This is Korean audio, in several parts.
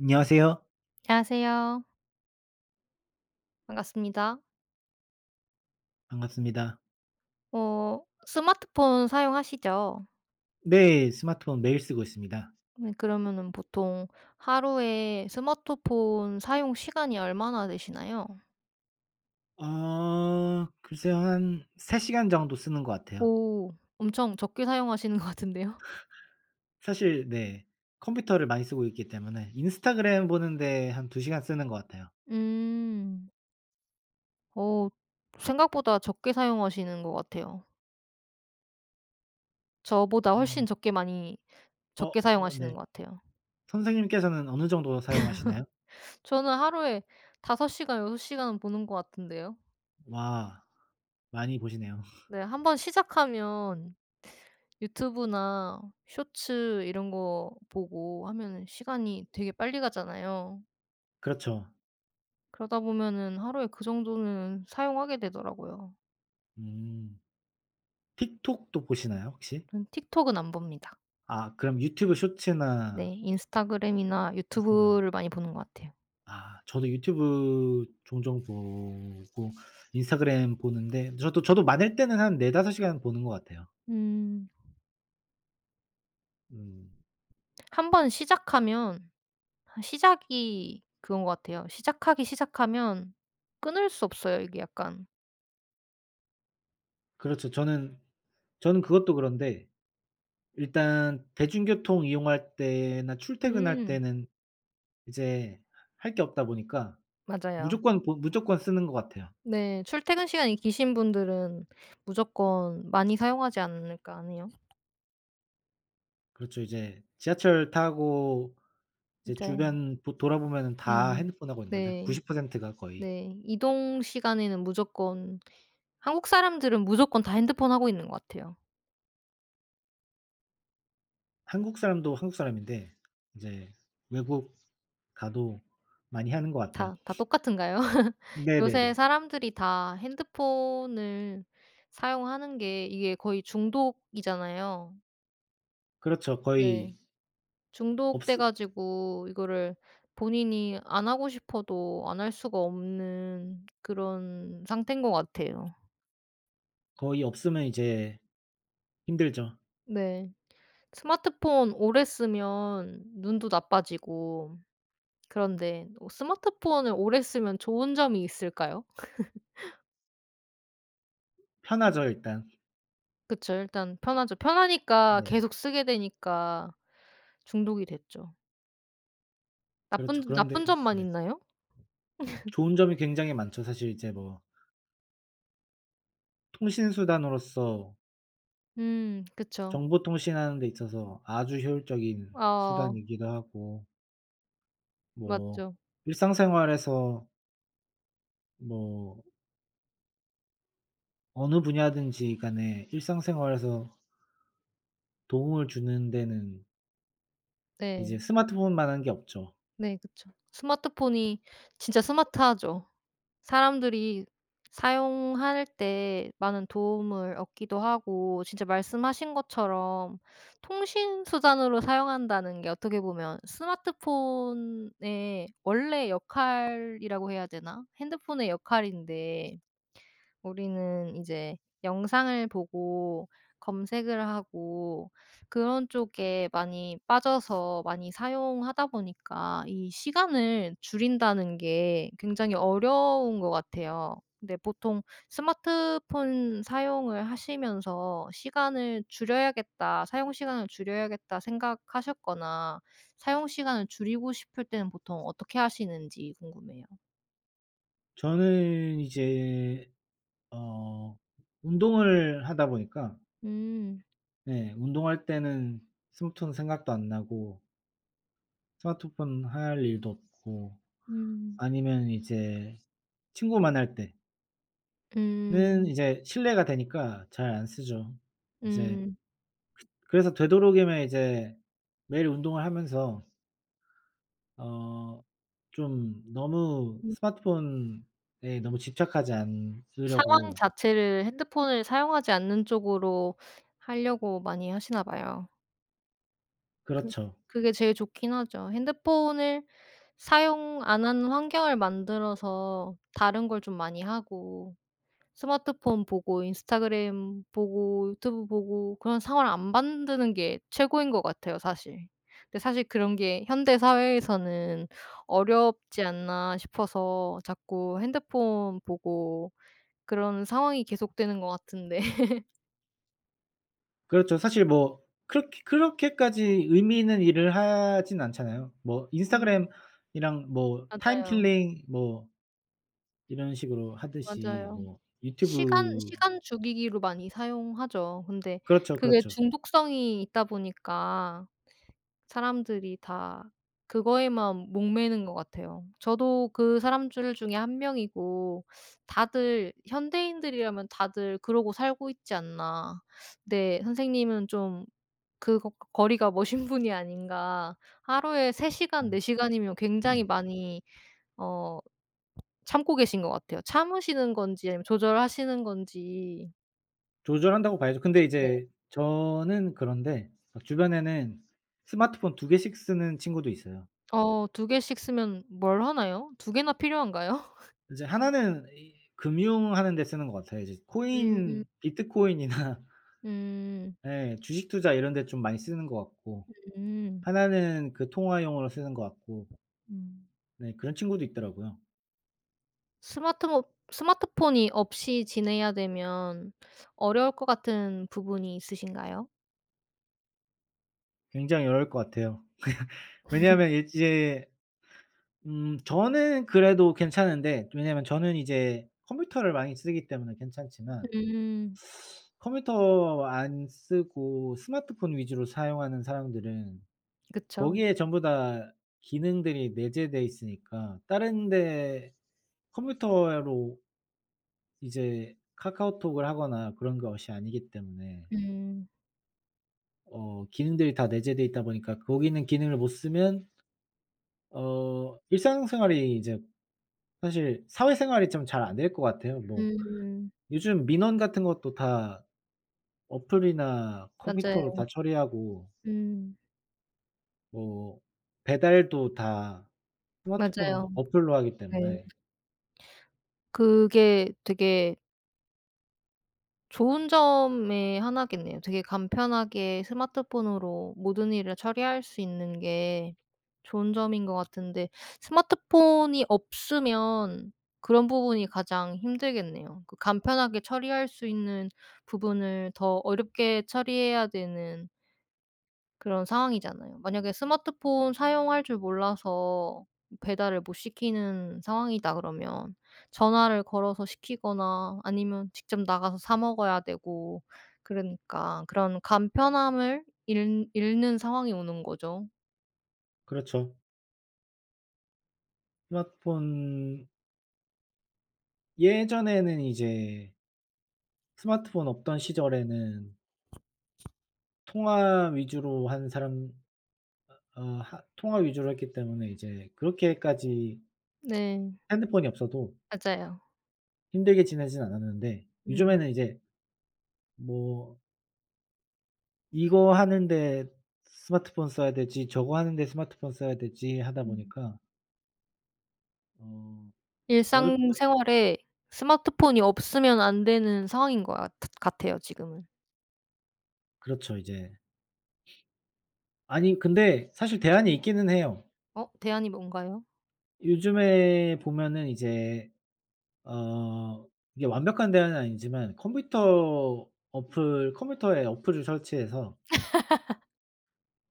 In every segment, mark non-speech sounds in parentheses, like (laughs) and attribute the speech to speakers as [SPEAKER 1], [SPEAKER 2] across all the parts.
[SPEAKER 1] 안녕하세요.
[SPEAKER 2] 안녕하세요. 반갑습니다.
[SPEAKER 1] 반갑습니다.
[SPEAKER 2] 스마트폰 사용하시죠?
[SPEAKER 1] 네. 스마트폰 매일 쓰고 있습니다.
[SPEAKER 2] 네, 그러면은 보통 하루에 스마트폰 사용 시간이 얼마나 되시나요?
[SPEAKER 1] 글쎄요. 한 3 시간 정도 쓰는 것 같아요.
[SPEAKER 2] 오. 엄청 적게 사용하시는 것 같은데요?
[SPEAKER 1] 사실 네. 컴퓨터를 많이 쓰고 있기 때문에 인스타그램 보는데 한 2 시간 쓰는 것 같아요.
[SPEAKER 2] 음. 어 생각보다 적게 사용하시는 것 같아요. 저보다 훨씬
[SPEAKER 1] 음.
[SPEAKER 2] 적게 많이
[SPEAKER 1] 어
[SPEAKER 2] 적게
[SPEAKER 1] 어
[SPEAKER 2] 사용하시는
[SPEAKER 1] 네.
[SPEAKER 2] 것 같아요.
[SPEAKER 1] 선생님께서는 어느 정도 사용하시나요?
[SPEAKER 2] 저는 하루에 5 시간, 6 시간은 보는 것 같은데요.
[SPEAKER 1] 와, 많이 보시네요. (laughs)
[SPEAKER 2] 네. 한번 시작하면 유튜브나 쇼츠 이런 거 보고 하면은 시간이 되게 빨리 가잖아요.
[SPEAKER 1] 그렇죠.
[SPEAKER 2] 그러다 보면은 하루에 그 정도는 사용하게 되더라고요.
[SPEAKER 1] 음. 틱톡도 보시나요, 혹시?
[SPEAKER 2] 저는 틱톡은 안 봅니다.
[SPEAKER 1] 아, 그럼 유튜브
[SPEAKER 2] 네.
[SPEAKER 1] 쇼츠나
[SPEAKER 2] 인스타그램이나
[SPEAKER 1] 인스타그램.
[SPEAKER 2] 유튜브를 많이 보는 것 같아요.
[SPEAKER 1] 아, 저도 유튜브 종종 보고 인스타그램 보는데 저도 많을 때는 한 4-5 시간 보는 것 같아요.
[SPEAKER 2] 음.
[SPEAKER 1] 음.
[SPEAKER 2] 한번 시작하면 아, 시작이 그건 것 같아요. 시작하기 시작하면 끊을 수 없어요 이게 약간.
[SPEAKER 1] 그렇죠. 저는 그것도 그런데 일단 대중교통 이용할 때나 출퇴근할
[SPEAKER 2] 음.
[SPEAKER 1] 때는 이제 할 게 없다 보니까
[SPEAKER 2] 맞아요.
[SPEAKER 1] 무조건 쓰는 것 같아요.
[SPEAKER 2] 네. 출퇴근 시간이 기신 분들은 무조건 많이 사용하지 않을까 하네요.
[SPEAKER 1] 그렇죠. 이제 지하철 타고 이제
[SPEAKER 2] 이제
[SPEAKER 1] 주변 보 돌아보면은 다
[SPEAKER 2] 음.
[SPEAKER 1] 핸드폰 하고 있는 거죠.
[SPEAKER 2] 네.
[SPEAKER 1] 90%가 거의.
[SPEAKER 2] 네. 이동 시간에는 무조건 한국 사람들은 무조건 다 핸드폰 하고 있는 것 같아요.
[SPEAKER 1] 한국 사람도 한국 사람인데 이제 외국 가도 많이 하는 것 같아요.
[SPEAKER 2] 다 똑같은가요? (laughs) 요새
[SPEAKER 1] 네네네.
[SPEAKER 2] 사람들이 다 핸드폰을 사용하는 게 이게 거의 중독이잖아요.
[SPEAKER 1] 그렇죠.
[SPEAKER 2] 네. 중독돼
[SPEAKER 1] 없으
[SPEAKER 2] 가지고 이거를 본인이 안 하고 싶어도 안 할 수가 없는 그런 상태인 것 같아요.
[SPEAKER 1] 거의 없으면 이제 힘들죠.
[SPEAKER 2] 네. 스마트폰 오래 쓰면 눈도 나빠지고 그런데 스마트폰을 오래 쓰면 좋은 점이 있을까요?
[SPEAKER 1] 편하죠 일단.
[SPEAKER 2] 그쵸. 일단 편하죠. 편하니까
[SPEAKER 1] 네.
[SPEAKER 2] 계속 쓰게 되니까 중독이 됐죠.
[SPEAKER 1] 그렇죠.
[SPEAKER 2] 나쁜
[SPEAKER 1] 그런데
[SPEAKER 2] 나쁜 점만
[SPEAKER 1] 네.
[SPEAKER 2] 있나요?
[SPEAKER 1] 좋은 점이 굉장히 많죠. 사실 이제 뭐 통신 수단으로서
[SPEAKER 2] 음, 그쵸.
[SPEAKER 1] 정보 통신하는 데 있어서 아주 효율적인
[SPEAKER 2] 아,
[SPEAKER 1] 수단이기도 하고, 뭐
[SPEAKER 2] 맞죠.
[SPEAKER 1] 일상생활에서 뭐 어느 분야든지 간에 일상생활에서 도움을 주는 데는
[SPEAKER 2] 네.
[SPEAKER 1] 이제 스마트폰만한 게 없죠.
[SPEAKER 2] 네, 그쵸. 스마트폰이 진짜 스마트하죠. 사람들이 사용할 때 많은 도움을 얻기도 하고 진짜 말씀하신 것처럼 통신 수단으로 사용한다는 게 어떻게 보면 스마트폰의 원래 역할이라고 해야 되나? 핸드폰의 역할인데 우리는 이제 영상을 보고 검색을 하고 그런 쪽에 많이 빠져서 많이 사용하다 보니까 이 시간을 줄인다는 게 굉장히 어려운 것 같아요. 근데 보통 스마트폰 사용을 하시면서 '시간을 줄여야겠다. 사용 시간을 줄여야겠다.' 생각하셨거나 사용 시간을 줄이고 싶을 때는 보통 어떻게 하시는지 궁금해요.
[SPEAKER 1] 저는 이제 어 운동을 하다 보니까,
[SPEAKER 2] 음.
[SPEAKER 1] 예, 운동할 때는 스마트폰 생각도 안 나고 스마트폰 할 일도 없고,
[SPEAKER 2] 음.
[SPEAKER 1] 아니면 이제 친구 만날 때는
[SPEAKER 2] 음.
[SPEAKER 1] 이제 실내가 되니까 잘 안 쓰죠. 이제
[SPEAKER 2] 음.
[SPEAKER 1] 그래서 되도록이면 이제 매일 운동을 하면서 어 좀 너무
[SPEAKER 2] 음.
[SPEAKER 1] 스마트폰에 너무 집착하지
[SPEAKER 2] 상황
[SPEAKER 1] 않으려고.
[SPEAKER 2] 자체를 핸드폰을 사용하지 않는 쪽으로 하려고 많이 하시나 봐요. 그
[SPEAKER 1] 그렇죠.
[SPEAKER 2] 그게 제일 좋긴 하죠. 핸드폰을 사용 안 하는 환경을 만들어서 다른 걸 좀 많이 하고 스마트폰 보고 인스타그램 보고 유튜브 보고 그런 상황을 안 만드는 게 최고인 것 같아요 사실. 근데 사실 그런 게 현대 사회에서는 어렵지 않나 싶어서 자꾸 핸드폰 보고 그런 상황이 계속되는 것 같은데. (laughs)
[SPEAKER 1] 그렇죠. 사실 뭐 그렇게까지 의미 있는 일을 하진 않잖아요. 뭐
[SPEAKER 2] 음.
[SPEAKER 1] 인스타그램이랑 뭐 타임
[SPEAKER 2] 맞아요.
[SPEAKER 1] 킬링 뭐 이런 식으로 하듯이
[SPEAKER 2] 맞아요.
[SPEAKER 1] 뭐
[SPEAKER 2] 시간
[SPEAKER 1] 유튜브.
[SPEAKER 2] 시간 죽이기로 많이 사용하죠. 근데
[SPEAKER 1] 그렇죠,
[SPEAKER 2] 그게
[SPEAKER 1] 그렇죠.
[SPEAKER 2] 중독성이 있다 보니까 사람들이 다 그거에만 목매는 것 같아요. 저도 그 사람들 중에 한 명이고 다들 현대인들이라면 다들 그러고 살고 있지 않나. 근데 선생님은 좀 그 거리가 머신 (laughs) 분이 아닌가. 하루에 3 시간, 4 시간이면 굉장히
[SPEAKER 1] (clears throat)
[SPEAKER 2] 많이 어 참고 계신 것 같아요. 참으시는 건지 아니면 조절하시는 건지.
[SPEAKER 1] 조절한다고 봐야죠. 근데
[SPEAKER 2] 네.
[SPEAKER 1] 이제 저는 그런데 막 주변에는 스마트폰 두 개씩 쓰는 친구도 있어요.
[SPEAKER 2] 두 개씩 쓰면 뭘 하나요? 두 개나 필요한가요?
[SPEAKER 1] 이제 하나는 이 금융하는 데 쓰는 것 같아요. 이제
[SPEAKER 2] 음.
[SPEAKER 1] 코인, 비트코인이나 (laughs)
[SPEAKER 2] 음.
[SPEAKER 1] 예 주식 투자 이런 데 좀 많이 쓰는 것 같고,
[SPEAKER 2] 음.
[SPEAKER 1] 하나는 그 통화용으로 쓰는 것 같고,
[SPEAKER 2] 음.
[SPEAKER 1] 네 그런 친구도 있더라고요.
[SPEAKER 2] 스마트모 스마트폰이 없이 지내야 되면 어려울 것 같은 부분이 있으신가요?
[SPEAKER 1] 굉장히 어려울 것 같아요. 왜냐하면 이제 저는 그래도 괜찮은데, 왜냐하면 저는 이제 컴퓨터를 많이 쓰기 때문에 괜찮지만,
[SPEAKER 2] 음.
[SPEAKER 1] 컴퓨터 안 쓰고 스마트폰 위주로 사용하는 사람들은
[SPEAKER 2] 그쵸.
[SPEAKER 1] 거기에 전부 다 기능들이 내재되어 있으니까, 다른 데 컴퓨터로 이제 카카오톡을 하거나 그런 것이 아니기 때문에
[SPEAKER 2] 음.
[SPEAKER 1] 기능들이 다 내재되어 있다 보니까 거기는 기능을 못 쓰면 일상생활이 이제, 사실 사회생활이 좀 잘 안 될 것 같아요. 뭐
[SPEAKER 2] 음.
[SPEAKER 1] 요즘 민원 같은 것도 다 어플이나
[SPEAKER 2] 맞아요.
[SPEAKER 1] 컴퓨터로 다 처리하고,
[SPEAKER 2] 음.
[SPEAKER 1] 뭐 배달도 다 스마트폰
[SPEAKER 2] 맞아요.
[SPEAKER 1] 어플로 하기
[SPEAKER 2] 네.
[SPEAKER 1] 때문에.
[SPEAKER 2] 그게 되게 좋은 점의 하나겠네요. 되게 간편하게 스마트폰으로 모든 일을 처리할 수 있는 게 좋은 점인 것 같은데 스마트폰이 없으면 그런 부분이 가장 힘들겠네요. 그 간편하게 처리할 수 있는 부분을 더 어렵게 처리해야 되는 그런 상황이잖아요. 만약에 스마트폰 사용할 줄 몰라서 배달을 못 시키는 상황이다 그러면 전화를 걸어서 시키거나 아니면 직접 나가서 사 먹어야 되고 그러니까 그런 간편함을 잃 잃는 상황이 오는 거죠.
[SPEAKER 1] 그렇죠. 스마트폰 예전에는 이제 스마트폰 없던 시절에는 통화 위주로, 한 사람 어 하 통화 위주로 했기 때문에 이제 그렇게까지
[SPEAKER 2] 네.
[SPEAKER 1] 핸드폰이 없어도
[SPEAKER 2] 맞아요.
[SPEAKER 1] 힘들게 지내진 않았는데,
[SPEAKER 2] 음.
[SPEAKER 1] 요즘에는 이제 뭐 이거 하는데 스마트폰 써야 되지 저거 하는데 스마트폰 써야 되지 하다
[SPEAKER 2] 음.
[SPEAKER 1] 보니까 어 어렵죠.
[SPEAKER 2] 일상생활에 스마트폰이 없으면 안 되는 상황인 것 같 같아요 지금은.
[SPEAKER 1] 그렇죠 이제. 아니 근데 사실 대안이 있기는 해요.
[SPEAKER 2] 대안이 뭔가요?
[SPEAKER 1] 요즘에 보면은 이제 어 이게 완벽한 대안은 아니지만, 컴퓨터에 어플을 설치해서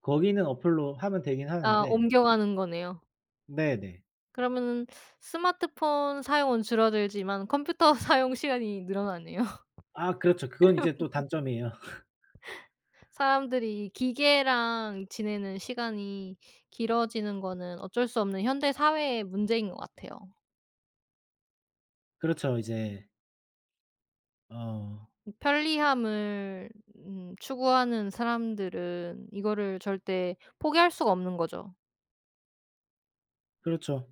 [SPEAKER 1] 거기 있는 어플로 하면 되긴
[SPEAKER 2] 아,
[SPEAKER 1] 하는데.
[SPEAKER 2] 옮겨가는 거네요.
[SPEAKER 1] 네네.
[SPEAKER 2] 그러면은 스마트폰 사용은 줄어들지만 컴퓨터 (laughs) 사용 시간이 늘어나네요. (laughs)
[SPEAKER 1] 아 그렇죠. 그건 이제 또 단점이에요. (laughs)
[SPEAKER 2] 사람들이 기계랑 지내는 시간이 길어지는 거는 어쩔 수 없는 현대 사회의 문제인 것 같아요.
[SPEAKER 1] 그렇죠. 이제 어
[SPEAKER 2] 이 편리함을 추구하는 사람들은 이거를 절대 포기할 수가 없는 거죠.
[SPEAKER 1] 그렇죠.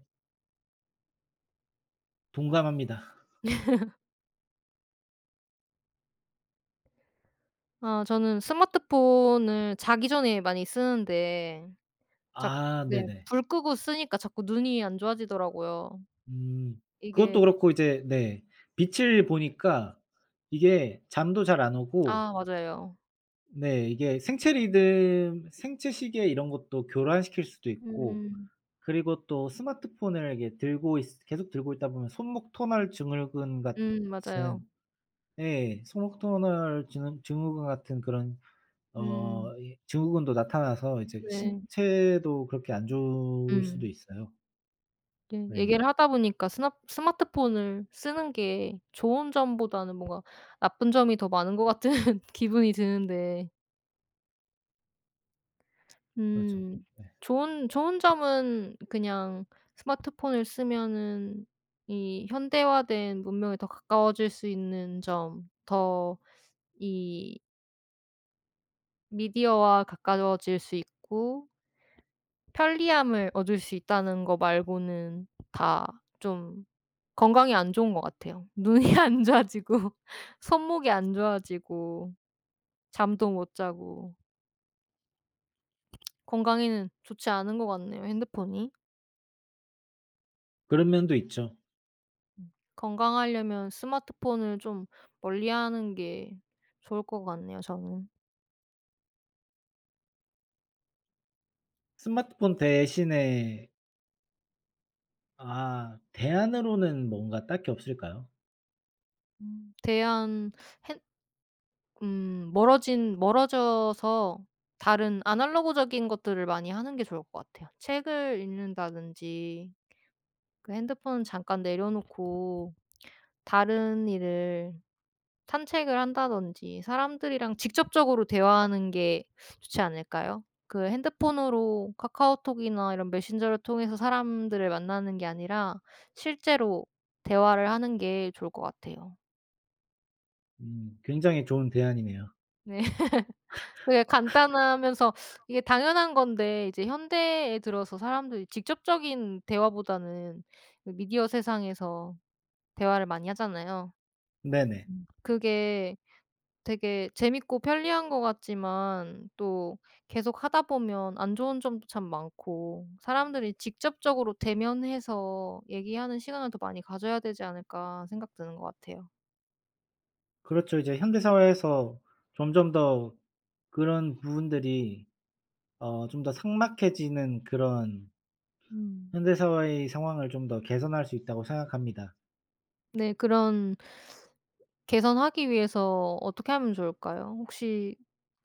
[SPEAKER 1] 동감합니다.
[SPEAKER 2] 아, 저는 스마트폰을 자기 전에 많이 쓰는데 자
[SPEAKER 1] 아
[SPEAKER 2] 네,
[SPEAKER 1] 네네.
[SPEAKER 2] 불 끄고 쓰니까 자꾸 눈이 안 좋아지더라고요.
[SPEAKER 1] 음 그것도
[SPEAKER 2] 이게
[SPEAKER 1] 그렇고 이제, 네, 빛을 보니까 이게 잠도 잘 안 오고.
[SPEAKER 2] 아, 맞아요.
[SPEAKER 1] 네, 이게 생체 리듬, 생체 시계, 이런 것도 교란시킬 수도 있고,
[SPEAKER 2] 음.
[SPEAKER 1] 그리고 또 스마트폰을 이게 들고 있 계속 들고 있다 보면 손목 터널 증후군
[SPEAKER 2] 음,
[SPEAKER 1] 같은,
[SPEAKER 2] 맞아요.
[SPEAKER 1] 예, 손목 터널 증후군 같은 그런
[SPEAKER 2] 음.
[SPEAKER 1] 이 증후군도 나타나서 이제
[SPEAKER 2] 네.
[SPEAKER 1] 신체도 그렇게 안 좋을 수도
[SPEAKER 2] 음.
[SPEAKER 1] 있어요.
[SPEAKER 2] 네,
[SPEAKER 1] 네.
[SPEAKER 2] 얘기를 하다 보니까 스나 스마트폰을 쓰는 게 좋은 점보다는 뭔가 나쁜 점이 더 많은 것 같은 (laughs) 기분이 드는데
[SPEAKER 1] 그렇죠.
[SPEAKER 2] 음
[SPEAKER 1] 네.
[SPEAKER 2] 좋은 좋은 점은 그냥 스마트폰을 쓰면은 이 현대화된 문명에 더 가까워질 수 있는 점, 더 이 미디어와 가까워질 수 있고 편리함을 얻을 수 있다는 거 말고는 다 좀 건강에 안 좋은 것 같아요. 눈이 (laughs) 안 좋아지고 (laughs) 손목이 안 좋아지고 잠도 못 자고 건강에는 좋지 않은 것 같네요 핸드폰이.
[SPEAKER 1] 그런 면도 있죠.
[SPEAKER 2] 음. 건강하려면 스마트폰을 좀 멀리하는 게 좋을 것 같네요 저는.
[SPEAKER 1] 스마트폰 대신에, 아 대안으로는 뭔가 딱히 없을까요?
[SPEAKER 2] 대한 핸 멀어진 멀어져서 다른 아날로그적인 것들을 많이 하는 게 좋을 것 같아요. 책을 읽는다든지 그 핸드폰 잠깐 내려놓고 다른 일을 산책을 한다든지 사람들이랑 직접적으로 대화하는 게 좋지 않을까요? 그 핸드폰으로 카카오톡이나 이런 메신저를 통해서 사람들을 만나는 게 아니라 실제로 대화를 하는 게 좋을 것 같아요.
[SPEAKER 1] 굉장히 좋은 대안이네요.
[SPEAKER 2] 네. (laughs) 되게 간단하면서 이게 당연한 건데 이제 현대에 들어서 사람들이 직접적인 대화보다는 그 미디어 세상에서 대화를 많이 하잖아요.
[SPEAKER 1] 네네.
[SPEAKER 2] 음. 그게 되게 재밌고 편리한 것 같지만 또 계속 하다 보면 안 좋은 점도 참 많고 사람들이 직접적으로 대면해서 얘기하는 시간을 더 많이 가져야 되지 않을까 생각 드는 것 같아요.
[SPEAKER 1] 그렇죠. 이제 현대 사회에서 점점 더 그런 부분들이 좀 더 삭막해지는, 그런
[SPEAKER 2] 음.
[SPEAKER 1] 현대 사회의 상황을 좀 더 개선할 수 있다고 생각합니다.
[SPEAKER 2] 네. 그런 개선하기 위해서 어떻게 하면 좋을까요? 혹시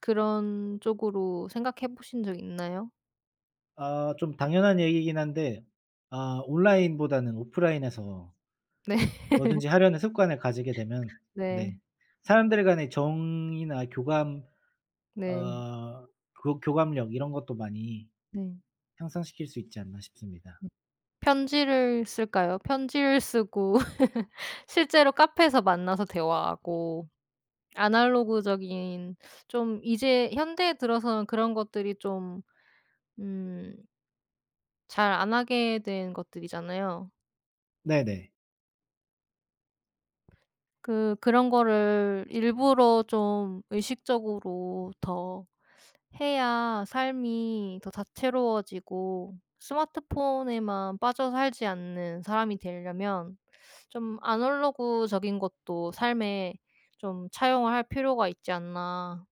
[SPEAKER 2] 그런 쪽으로 생각해 보신 적 있나요?
[SPEAKER 1] 아 좀 당연한 얘기이긴 한데, 아 온라인보다는 오프라인에서
[SPEAKER 2] 네. (laughs)
[SPEAKER 1] 뭐든지 하려는 습관을 가지게 되면,
[SPEAKER 2] 네.
[SPEAKER 1] 네, 사람들 간의 정이나 교감,
[SPEAKER 2] 네.
[SPEAKER 1] 어 교 교감력, 이런 것도 많이
[SPEAKER 2] 네.
[SPEAKER 1] 향상시킬 수 있지 않나 싶습니다.
[SPEAKER 2] 네. 편지를 쓸까요? 편지를 쓰고 (laughs) 실제로 카페에서 만나서 대화하고 아날로그적인 좀 이제 현대에 들어서는 그런 것들이 좀 음, 잘 안 하게 된 것들이잖아요.
[SPEAKER 1] 네네.
[SPEAKER 2] 그런 거를 일부러 좀 의식적으로 더 해야 삶이 더 다채로워지고 스마트폰에만 빠져 살지 않는 사람이 되려면 좀 아날로그적인 것도 삶에 좀 차용을 할 필요가 있지 않나.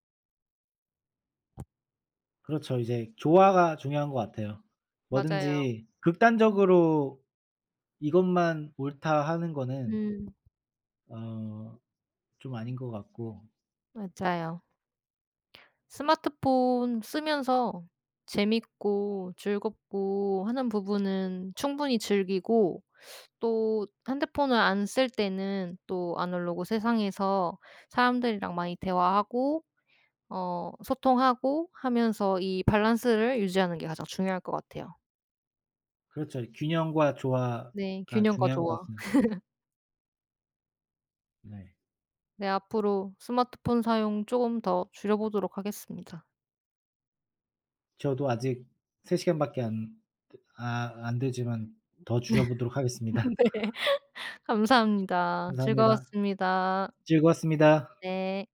[SPEAKER 1] 그렇죠. 이제 조화가 중요한 것 같아요.
[SPEAKER 2] 맞아요.
[SPEAKER 1] 뭐든지 극단적으로 '이것만 옳다.' 하는 거는
[SPEAKER 2] 음,
[SPEAKER 1] 어 좀 아닌 것 같고.
[SPEAKER 2] 맞아요. 스마트폰 쓰면서 재밌고 즐겁고 하는 부분은 충분히 즐기고 또 핸드폰을 안 쓸 때는 또 아날로그 세상에서 사람들이랑 많이 대화하고 소통하고 하면서 이 밸런스를 유지하는 게 가장 중요할 것 같아요.
[SPEAKER 1] 그렇죠. 균형과
[SPEAKER 2] 네.
[SPEAKER 1] 조화가
[SPEAKER 2] 균형과
[SPEAKER 1] 중요한 것
[SPEAKER 2] 조화.
[SPEAKER 1] 같습니다. 네.
[SPEAKER 2] 네. 앞으로 스마트폰 사용 쪼금 더 줄여보도록 하겠습니다.
[SPEAKER 1] 저도 아직 3 시간밖에 안 되지만 더 줄여 보도록 하겠습니다.
[SPEAKER 2] (laughs) 네. 감사합니다.
[SPEAKER 1] 감사합니다.
[SPEAKER 2] 즐거웠습니다.
[SPEAKER 1] 즐거웠습니다.
[SPEAKER 2] 네.